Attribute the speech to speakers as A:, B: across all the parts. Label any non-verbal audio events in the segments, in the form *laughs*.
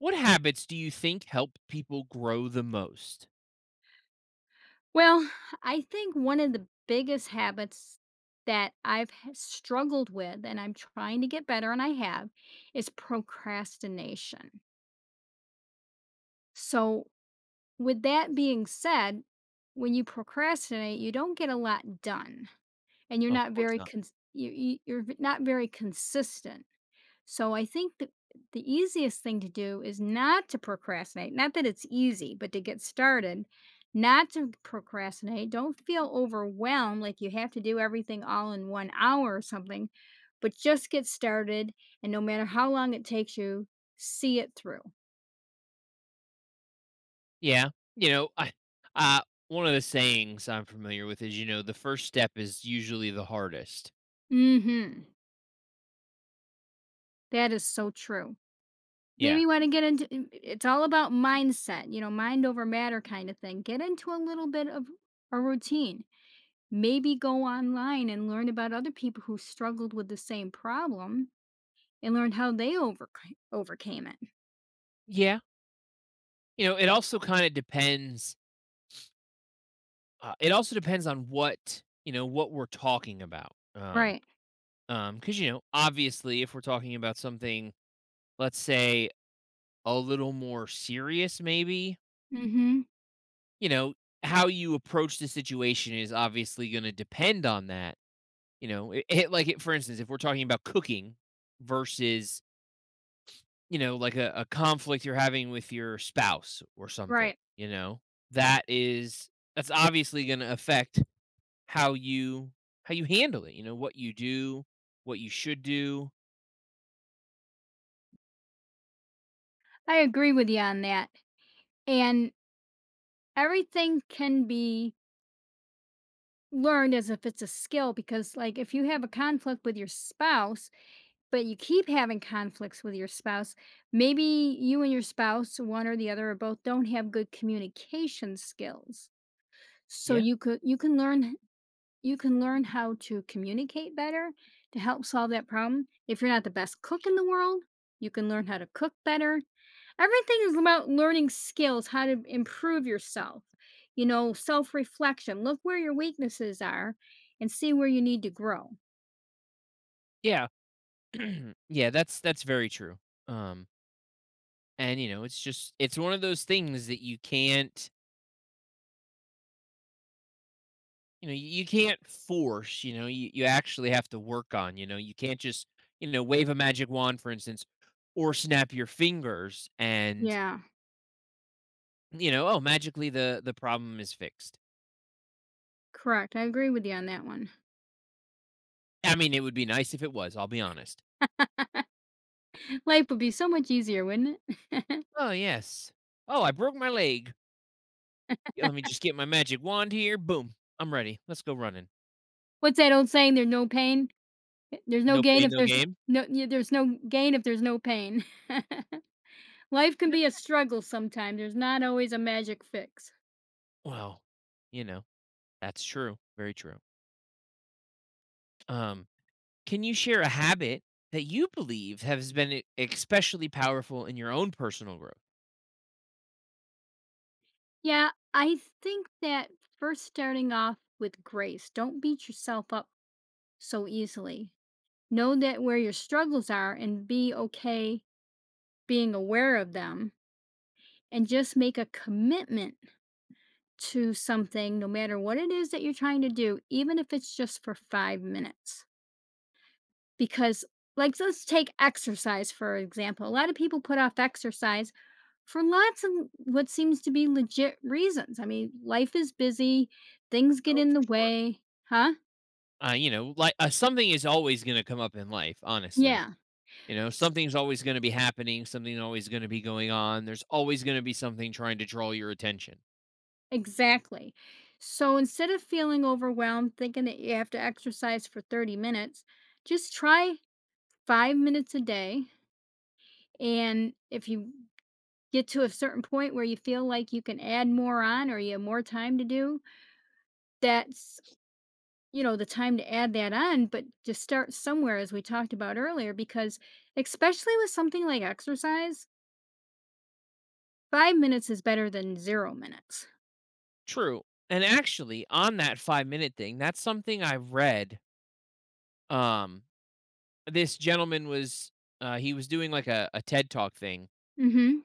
A: What habits do you think help people grow the most?
B: Well, I think one of the biggest habits that I've struggled with and I'm trying to get better and I have is procrastination. So, with that being said, when you procrastinate, you don't get a lot done and you're
A: Oh, of
B: not
A: course
B: very
A: not.
B: cons- you- you're v- not very consistent. So I think the easiest thing to do is not to procrastinate. Not that it's easy, but to get started, not to procrastinate. Don't feel overwhelmed like you have to do everything all in 1 hour or something, but just get started, and no matter how long it takes you, see it through.
A: Yeah. I uh one of the sayings I'm familiar with is, you know, the first step is usually the hardest.
B: Mhm. That is so true. Maybe
A: Yeah.
B: you wanna get into I it's all about mindset, you know, mind over matter kind of thing. Get into a little bit of a routine. Maybe go online and learn about other people who struggled with the same problem and learn how they overcame it.
A: Yeah. You know, it also kind of depends it also depends on what, you know, what we're talking about.
B: Right.
A: Cuz you know, obviously if we're talking about something, let's say, a little more serious maybe,
B: Mhm.
A: you know, how you approach the situation is obviously going to depend on that. You know, it, like it, for instance, if we're talking about cooking versus, you know, like a conflict you're having with your spouse or something,
B: Right.
A: you know, that is that's obviously going to affect how you how you handle it. You know, what you do, what you should do.
B: I agree with you on that. And everything can be learned as if it's a skill because, like, if you have a conflict with your spouse, but you keep having conflicts with your spouse, maybe you and your spouse, one or the other or both don't have good communication skills. So
A: Yeah,
B: you can learn. You can learn how to communicate better to help solve that problem. If you're not the best cook in the world, you can learn how to cook better. Everything is about learning skills, how to improve yourself. You know, self reflection. Look where your weaknesses are and see where you need to grow.
A: yeah, *clears throat* yeah. That's very true. Um, and you know, it's one of those things that you can't you know, you can't force, you know, you actually have to work on, you know, you can't just, you know, wave a magic wand, for instance, or snap your fingers and,
B: Yeah,
A: you know, oh, magically the problem is fixed.
B: correct. I agree with you on that one.
A: I mean, it would be nice if it was, I'll be honest.
B: *laughs* Life would be so much easier, wouldn't it?
A: Oh, yes. Oh, I broke my leg. Yeah, let me just get my magic wand here. Boom. I'm ready. Let's go running.
B: *laughs* What's that old saying? There's no pain, there's no
A: No
B: gain
A: pain,
B: if
A: no
B: there's
A: game.
B: no, yeah, there's no gain if there's no pain. *laughs* Life can be
A: Yep.
B: a struggle sometimes. There's not always a magic fix.
A: Well, you know, that's true. Very true. Um Can you share a habit that you believe has been especially powerful in your own personal growth?
B: Yeah, I think that first starting off with grace, don't beat yourself up so easily. Know that where your struggles are and be okay being aware of them, and just make a commitment to something, no matter what it is that you're trying to do, even if it's just for 5 minutes. Because, like, let's take exercise for example. A lot of people put off exercise for lots of what seems to be legit reasons. I mean, life is busy, things get
A: Oh,
B: in
A: for
B: the
A: sure.
B: way. Huh?
A: You know, like something is always going to come up in life, honestly.
B: Yeah,
A: You know, something's always going to be happening, something's always going to be going on. There's always going to be something trying to draw your attention.
B: exactly. So instead of feeling overwhelmed thinking that you have to exercise for 30 minutes, just try 5 minutes a day, and if you get to a certain point where you feel like you can add more on or you have more time to do, that's, you know, the time to add that on, but to start somewhere, as we talked about earlier, because especially with something like exercise, 5 minutes is better than 0 minutes.
A: True. And actually, on that 5-minute thing, that's something I read um this gentleman was he was doing like a TED talk thing
B: Mm hmm.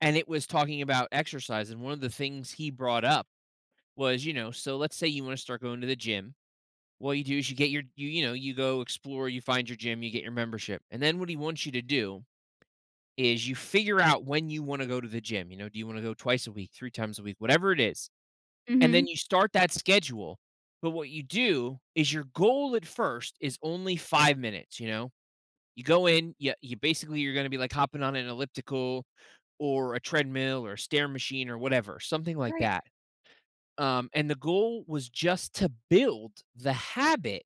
A: and it was talking about exercise. And one of the things he brought up was, you know, so let's say you want to start going to the gym. What you do is you get your you you know, you go explore, you find your gym, you get your membership. And then what he wants you to do is you figure out when you want to go to the gym. You know, do you want to go twice a week, three times a week, whatever it is.
B: Mm
A: And
B: hmm.
A: then you start that schedule. But what you do is your goal at first is only 5 minutes, you know. You basically you're going to be like hopping on an elliptical or a treadmill or a stair machine or whatever, something like
B: Right.
A: that, and the goal was just to build the habit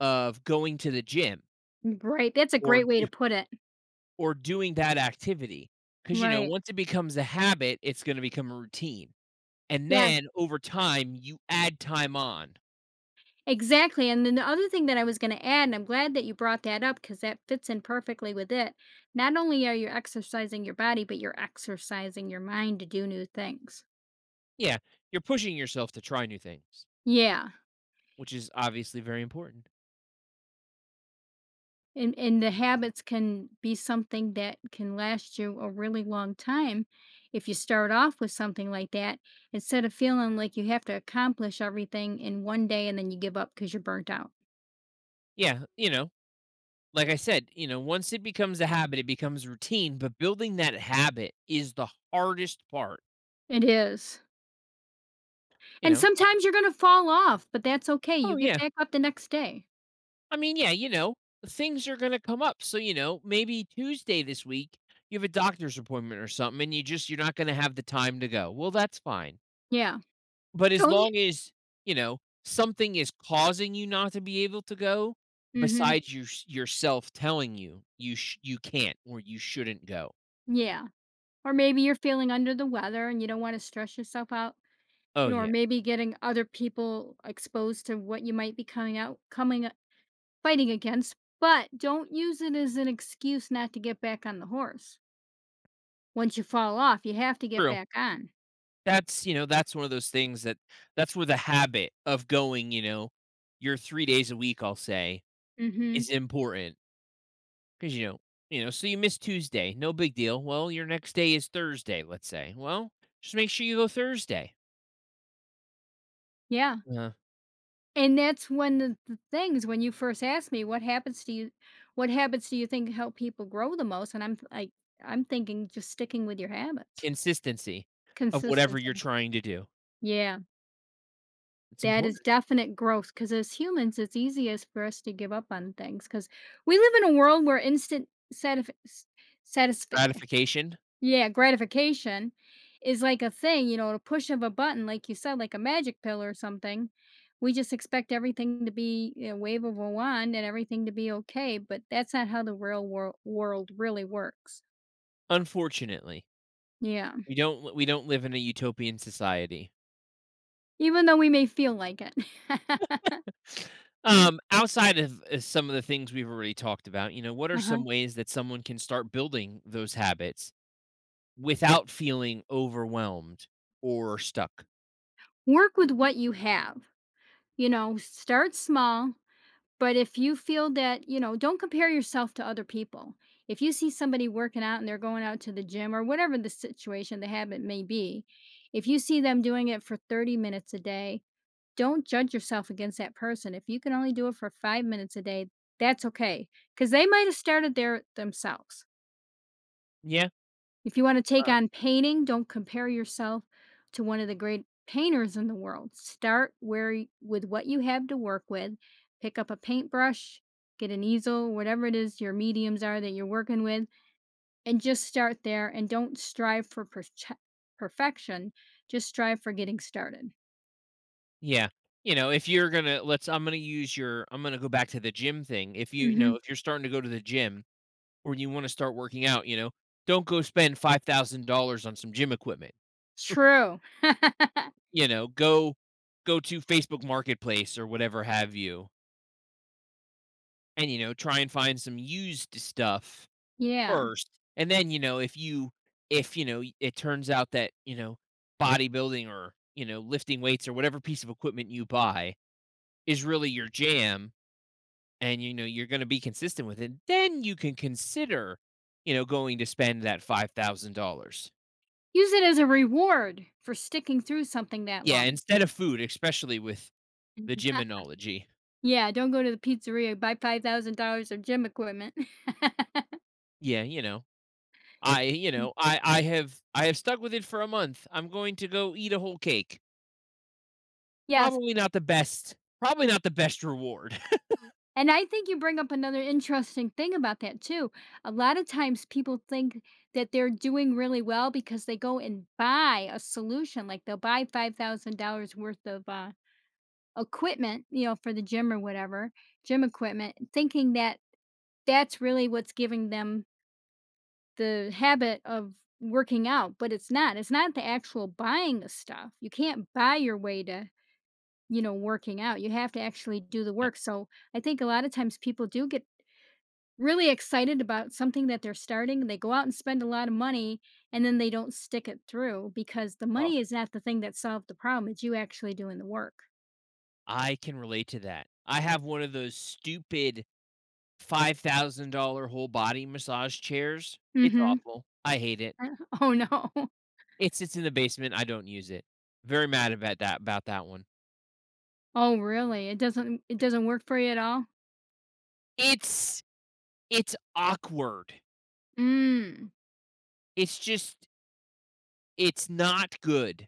A: of going to the gym
B: Right. That's a
A: or
B: great way to put it.
A: or doing that activity because you know,
B: Right.
A: once it becomes a habit, it's gonna become a routine. And
B: Yes,
A: then over time, you add time on.
B: exactly. And then the other thing that I was going to add, and I'm glad that you brought that up, because that fits in perfectly with it. Not only are you exercising your body, but you're exercising your mind to do new things.
A: Yeah, you're pushing yourself to try new things,
B: Yeah.
A: which is obviously very important.
B: And the habits can be something that can last you a really long time if you start off with something like that, instead of feeling like you have to accomplish everything in one day and then you give up because 'cause you're burnt out.
A: Yeah, you know, like I said, you know, once it becomes a habit, it becomes routine, but building that habit is the hardest part,
B: It is.
A: you
B: And
A: know?
B: sometimes you're gonna fall off, but that's okay, you
A: "Oh,
B: get
A: yeah.
B: back up the next day.
A: I mean, yeah, you know, things are going to come up. So, you know, maybe Tuesday this week, you have a doctor's appointment or something and you're not going to have the time to go. Well, that's fine.
B: Yeah.
A: But as
B: Don't you.
A: long as, you know, something is causing you not to be able to go
B: Mhm.
A: besides you yourself telling you you can't or you shouldn't go.
B: Yeah. Or maybe you're feeling under the weather and you don't wanna stress yourself out, you
A: Oh
B: know, or
A: yeah.
B: maybe getting other people exposed to what you might be coming fighting against, but don't use it as an excuse not to get back on the horse. Once you fall off, you have to get
A: True.
B: back on.
A: That's, you know, that's one of those things that that's where the habit of going, you know, your 3 days a week, I'll say, is
B: Hmm.
A: important. Because you know, so you miss Tuesday, no big deal. Well, your next day is Thursday, let's say. Well, just make sure you go Thursday.
B: Yeah.
A: Uh,
B: And that's one of the things when you first asked me what habits do you think help people grow the most? And I'm like, I'm thinking just sticking with your habits.
A: Consistency of whatever you're
B: Consistency.
A: trying to do.
B: Yeah.
A: It's
B: That is
A: important.
B: definite growth because, as humans, it's easiest for us to give up on things because we live in a world where instant satisf- satisfaction.
A: Gratification.
B: Yeah, gratification is like a thing, you know, a push of a button, like you said, like a magic pill or something. We just expect everything to be a wave of a wand and everything to be okay, but that's not how the real world really works.
A: Unfortunately,
B: Yeah.
A: we don't live in a utopian society.
B: Even though we may feel like it. *laughs*
A: Outside of some of the things we've already talked about, you know, what are
B: Uh-huh.
A: some ways that someone can start building those habits without feeling overwhelmed or stuck?
B: Work with what you have. You know, start small. But if you feel that, you know, don't compare yourself to other people. If you see somebody working out and they're going out to the gym or whatever the situation, the habit may be, if you see them doing it for 30 minutes a day, don't judge yourself against that person. If you can only do it for 5 minutes a day, that's okay. Because they might have started there themselves.
A: Yeah.
B: If you want to take on painting, don't compare yourself to one of the great painters in the world. Start where with what you have to work with. Pick up a paintbrush, get an easel, whatever it is your mediums are that you're working with, and just start there and don't strive for perfection. Just strive for getting started.
A: Yeah. You know, if you're gonna let's I'm gonna go back to the gym thing. If you you
B: Hmm.
A: know, if you're starting to go to the gym or you wanna start working out, you know, don't go spend $5,000 on some gym equipment.
B: True. *laughs*
A: You know, go to Facebook Marketplace or whatever have you, and, you know, try and find some used stuff
B: Yeah.
A: first. And then, you know, if, you know, it turns out that, you know, bodybuilding or, you know, lifting weights or whatever piece of equipment you buy is really your jam, and you know you're going to be consistent with it, then you can consider, you know, going to spend that $5,000.
B: Use it as a reward for sticking through something that
A: Yeah,
B: long.
A: instead of food, especially with the
B: *laughs*
A: gymnology.
B: Yeah, don't go to the pizzeria, buy $5,000 of gym equipment.
A: Yeah, you know,
B: *laughs*
A: I have stuck with it for a month. I'm going to go eat a whole cake.
B: Yes,
A: Probably not the best. Probably not the best reward. *laughs*
B: and I think you bring up another interesting thing about that too. A lot of times people think that they're doing really well because they go and buy a solution, like they'll buy $5,000 worth of, equipment, you know, for the gym or whatever, gym equipment, thinking that that's really what's giving them the habit of working out, but it's not. It's not the actual buying the stuff. You can't buy your way to, working out. You have to actually do the
A: No.
B: work. So I think a lot of times people do get really excited about something that they're starting. They go out and spend a lot of money, and then they don't stick it through because the
A: Oh,
B: money is not the thing that solved the problem. It's you actually doing the work.
A: I can relate to that. I have one of those stupid $5,000 whole body massage chairs. It's
B: Mm-hmm.
A: awful. I hate it.
B: *laughs* Oh no. *laughs*
A: It sits in the basement, I don't use it. Very mad about that one.
B: Oh really? It doesn't work for you at all?
A: It's it's awkward.
B: Mm.
A: It's just it's not good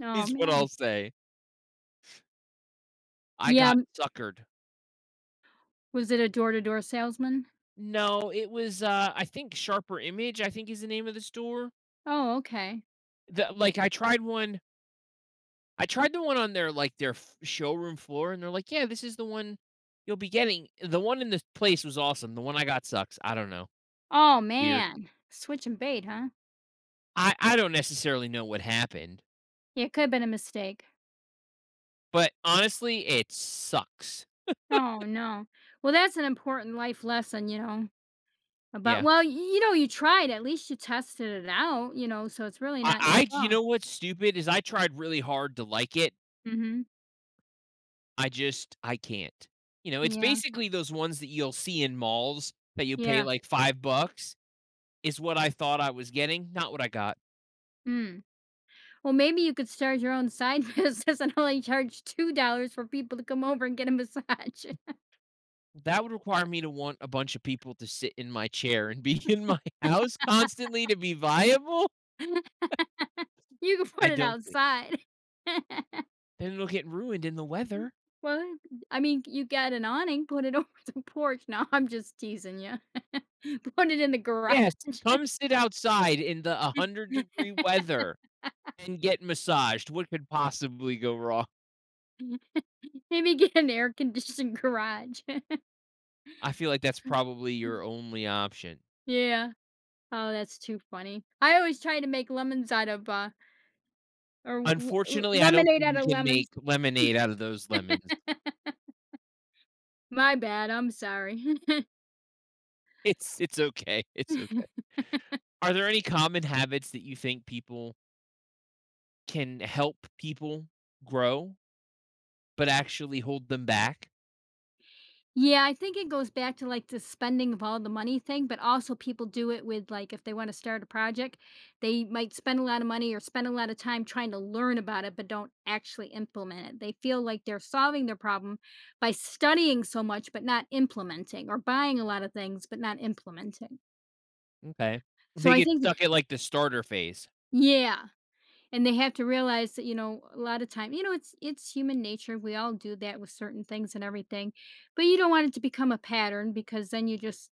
B: Oh
A: is what I'll
B: man.
A: say. I
B: Yeah.
A: got suckered.
B: Was it a door-to-door salesman?
A: No, it was, I think Sharper Image, I think is the name of the store.
B: Oh, okay.
A: The like, I tried the one on their, like, their f showroom floor, and they're like, "Yeah, this is the one you'll be getting." The one in this place was awesome. The one I got sucks. I don't know.
B: Oh
A: Weird.
B: man. Switching bait, huh?
A: I don't necessarily know what happened.
B: Yeah, it could have been a mistake.
A: But honestly, it sucks.
B: Oh, no. Well, that's an important life lesson, you know, about,
A: Yeah.
B: well, y you know, you tried, at least you tested it out, you know, so it's really
A: I
B: not your
A: I you
B: fault.
A: know what's stupid is I tried really hard to like it.
B: Mhm.
A: I can't. You know, it's
B: Yeah.
A: basically those ones that you'll see in malls that you pay
B: Yeah.
A: like 5 bucks is what I thought I was getting, not what I got.
B: Mm. Well, maybe you could start your own side *laughs* business and only charge $2 for people to come over and get a massage. *laughs*
A: That would require me to want a bunch of people to sit in my chair and be *laughs* in my house constantly to be viable.
B: You could put
A: I
B: it
A: don't think.
B: outside. *laughs*
A: Then it'll get ruined in the weather.
B: Well, I mean, you get an awning, put it *laughs* over the porch. No, I'm just teasing you. *laughs* Put it in the garage.
A: Yes, come sit outside in the 100-degree weather and get massaged. What could possibly go wrong?
B: *laughs* Maybe get an air-conditioned *laughs* garage.
A: I feel like that's
B: Mm.
A: probably your only option.
B: Yeah. Oh, that's too funny. I always try to make lemons out of, or l l
A: Unfortunately, I don't
B: lemonade
A: think
B: out
A: you
B: of
A: can make
B: lemons.
A: lemonade out of those lemons. *laughs*
B: *laughs* My bad, I'm sorry.
A: It's okay. It's okay.
B: *laughs*
A: Are there any common habits that you think people can help people grow but actually hold them back?
B: Yeah, I think it goes back to, like, the spending of all the money thing, but also people do it with, like, if they wanna start a project, they might spend a lot of money or spend a lot of time trying to learn about it, but don't actually implement it. They feel like they're solving their problem by studying so much, but not implementing, or buying a lot of things, but not implementing.
A: Okay.
B: So
A: They
B: I
A: get
B: think.
A: stuck at like the starter phase.
B: Yeah. And they have to realize that, you know, a lot of time, you know, it's human nature. We all do that with certain things and everything. But you don't want it to become a pattern because then you just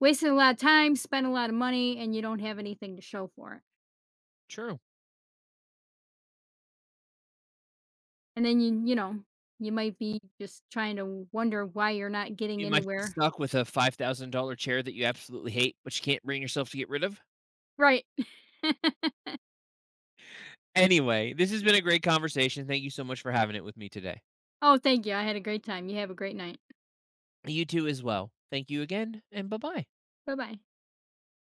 B: wasted a lot of time, spent a lot of money, and you don't have anything to show for it.
A: True.
B: And then you know, you might be just trying to wonder why you're not getting
A: You might be
B: anywhere.
A: stuck with a $5,000 chair that you absolutely hate, but you can't bring yourself to get rid of.
B: Right. *laughs*
A: Anyway, this has been a great conversation. Thank you so much for having it with me today.
B: Oh, thank you. I had a great time. You have a great night.
A: You too, as well. Thank you again, and bye bye.
B: Bye bye.